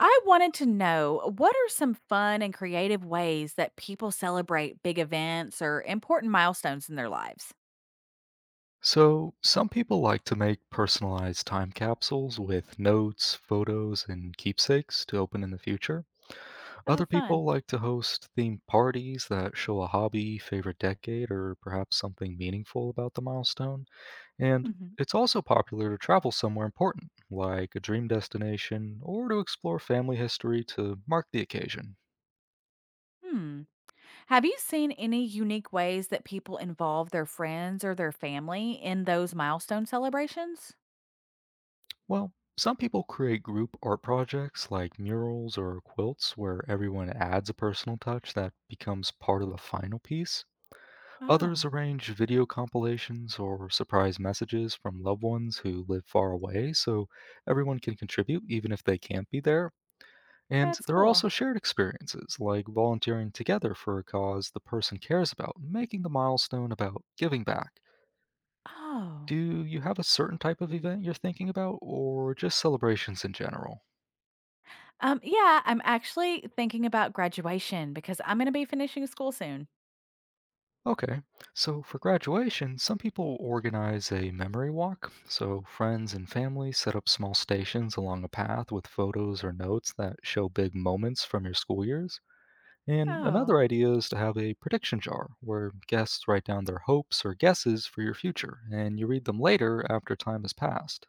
I wanted to know what are some fun and creative ways that people celebrate big events or important milestones in their lives? So, some people like to make personalized time capsules with notes, photos, and keepsakes to open in the future. Oh, Other fun. people like to host themed parties that show a hobby, favorite decade, or perhaps something meaningful about the milestone. And Hmm. it's also popular to travel somewhere important, like a dream destination, or to explore family history to mark the occasion. Hmm. Have you seen any unique ways that people involve their friends or their family in those milestone celebrations? Well, some people create group art projects like murals or quilts where everyone adds a personal touch that becomes part of the final piece. Others Ah, arrange video compilations or surprise messages from loved ones who live far away so everyone can contribute even if they can't be there. And that's there are cool. also shared experiences like volunteering together for a cause the person cares about, making the milestone about giving back. Oh. Do you have a certain type of event you're thinking about or just celebrations in general? Yeah, I'm actually thinking about graduation because I'm going to be finishing school soon. Okay, so for graduation, some people organize a memory walk. So friends and family set up small stations along a path with photos or notes that show big moments from your school years. And Oh, another idea is to have a prediction jar where guests write down their hopes or guesses for your future, and you read them later after time has passed.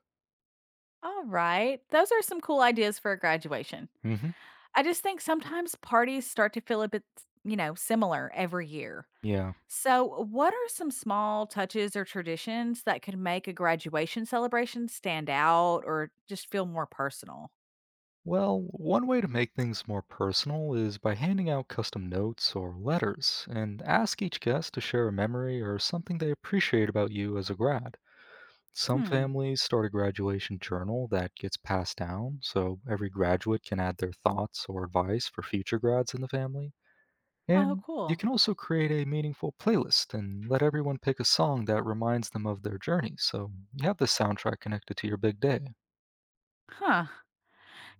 all right. Those are some cool ideas for a graduation. Hmm. I just think sometimes parties start to feel a bit, similar every year. Yeah. So, what are some small touches or traditions that could make a graduation celebration stand out or just feel more personal? Well, one way to make things more personal is by handing out custom notes or letters and ask each guest to share a memory or something they appreciate about you as a grad. Some Hmm. families start a graduation journal that gets passed down, so every graduate can add their thoughts or advice for future grads in the family. Oh, And you cool. can also create a meaningful playlist and let everyone pick a song that reminds them of their journey, so you have the soundtrack connected to your big day. Huh.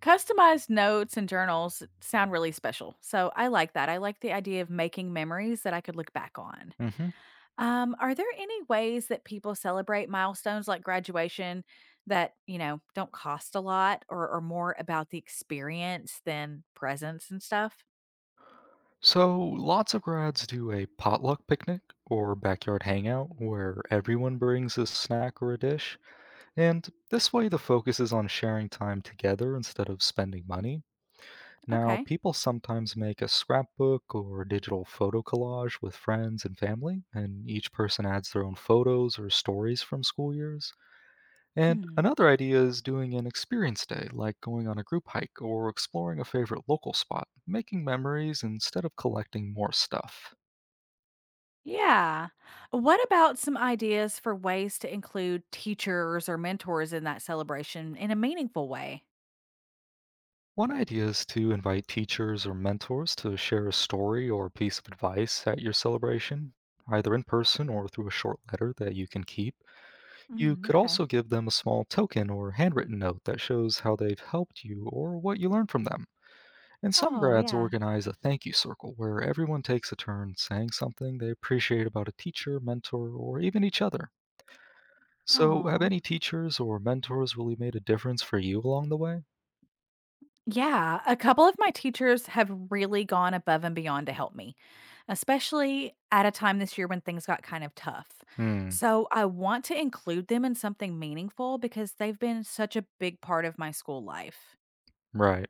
Customized notes and journals sound really special. So, I like that. I like the idea of making memories that I could look back on. Hmm. Are there any ways that people celebrate milestones like graduation that don't cost a lot or are more about the experience than presents and stuff? So, lots of grads do a potluck picnic or backyard hangout where everyone brings a snack or a dish, and this way the focus is on sharing time together instead of spending money. Now, Okay. people sometimes make a scrapbook or digital photo collage with friends and family, and each person adds their own photos or stories from school years. And Hmm. another idea is doing an experience day, like going on a group hike or exploring a favorite local spot, making memories instead of collecting more stuff. Yeah. What about some ideas for ways to include teachers or mentors in that celebration in a meaningful way? One idea is to invite teachers or mentors to share a story or a piece of advice at your celebration, either in person or through a short letter that you can keep. You Mm, could okay. also give them a small token or handwritten note that shows how they've helped you or what you learned from them. And some Oh, grads yeah. organize a thank you circle where everyone takes a turn saying something they appreciate about a teacher, mentor, or even each other. So, have Oh. any teachers or mentors really made a difference for you along the way? Yeah, a couple of my teachers have really gone above and beyond to help me, especially at a time this year when things got kind of tough. Hmm, So I want to include them in something meaningful because they've been such a big part of my school life. right.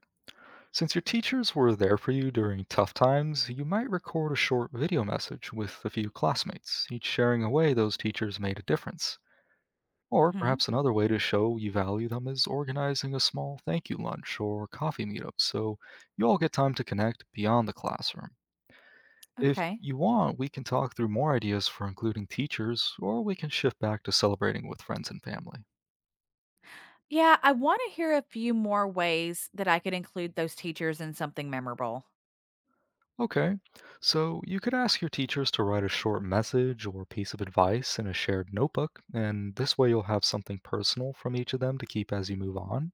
Since your teachers were there for you during tough times, you might record a short video message with a few classmates, each sharing a way those teachers made a difference. Or Hmm. perhaps another way to show you value them is organizing a small thank you lunch or coffee meetup so you all get time to connect beyond the classroom. If Okay. you want, we can talk through more ideas for including teachers, or we can shift back to celebrating with friends and family. Yeah, I want to hear a few more ways that I could include those teachers in something memorable. Okay, so you could ask your teachers to write a short message or piece of advice in a shared notebook, and this way you'll have something personal from each of them to keep as you move on.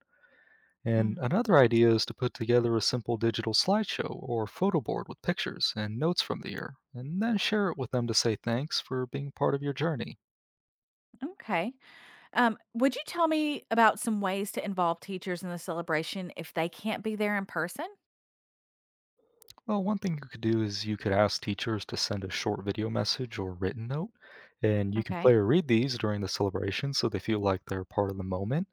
And Mm, another idea is to put together a simple digital slideshow or photo board with pictures and notes from the year, and then share it with them to say thanks for being part of your journey. okay. Would you tell me about some ways to involve teachers in the celebration if they can't be there in person? Well, one thing you could do is you could ask teachers to send a short video message or written note, and you can play Okay. or read these during the celebration so they feel like they're part of the moment.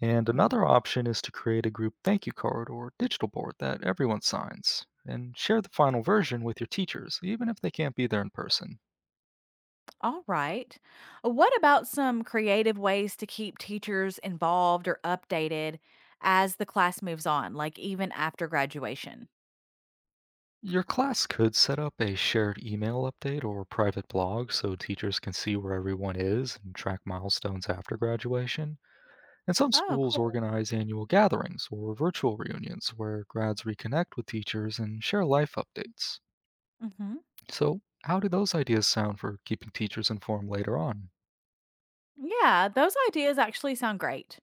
And another option is to create a group thank you card or digital board that everyone signs, and share the final version with your teachers, even if they can't be there in person. All right. What about some creative ways to keep teachers involved or updated as the class moves on, like even after graduation? Your class could set up a shared email update or private blog so teachers can see where everyone is and track milestones after graduation. And some Oh, schools cool. organize annual gatherings or virtual reunions where grads reconnect with teachers and share life updates. Hmm. So, how do those ideas sound for keeping teachers informed later on? Yeah, those ideas actually sound great.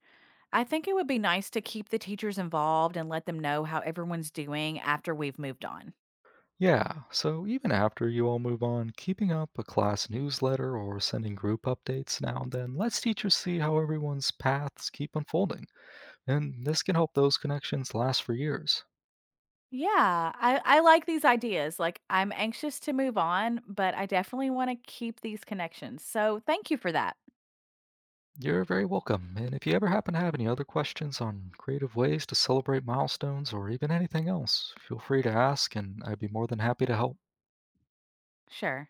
I think it would be nice to keep the teachers involved and let them know how everyone's doing after we've moved on. Yeah, so even after you all move on, keeping up a class newsletter or sending group updates now and then lets teachers see how everyone's paths keep unfolding, and this can help those connections last for years. Yeah, I like these ideas. Like, I'm anxious to move on, but I definitely want to keep these connections. So, thank you for that. You're very welcome. And if you ever happen to have any other questions on creative ways to celebrate milestones or even anything else, feel free to ask, and I'd be more than happy to help. Sure.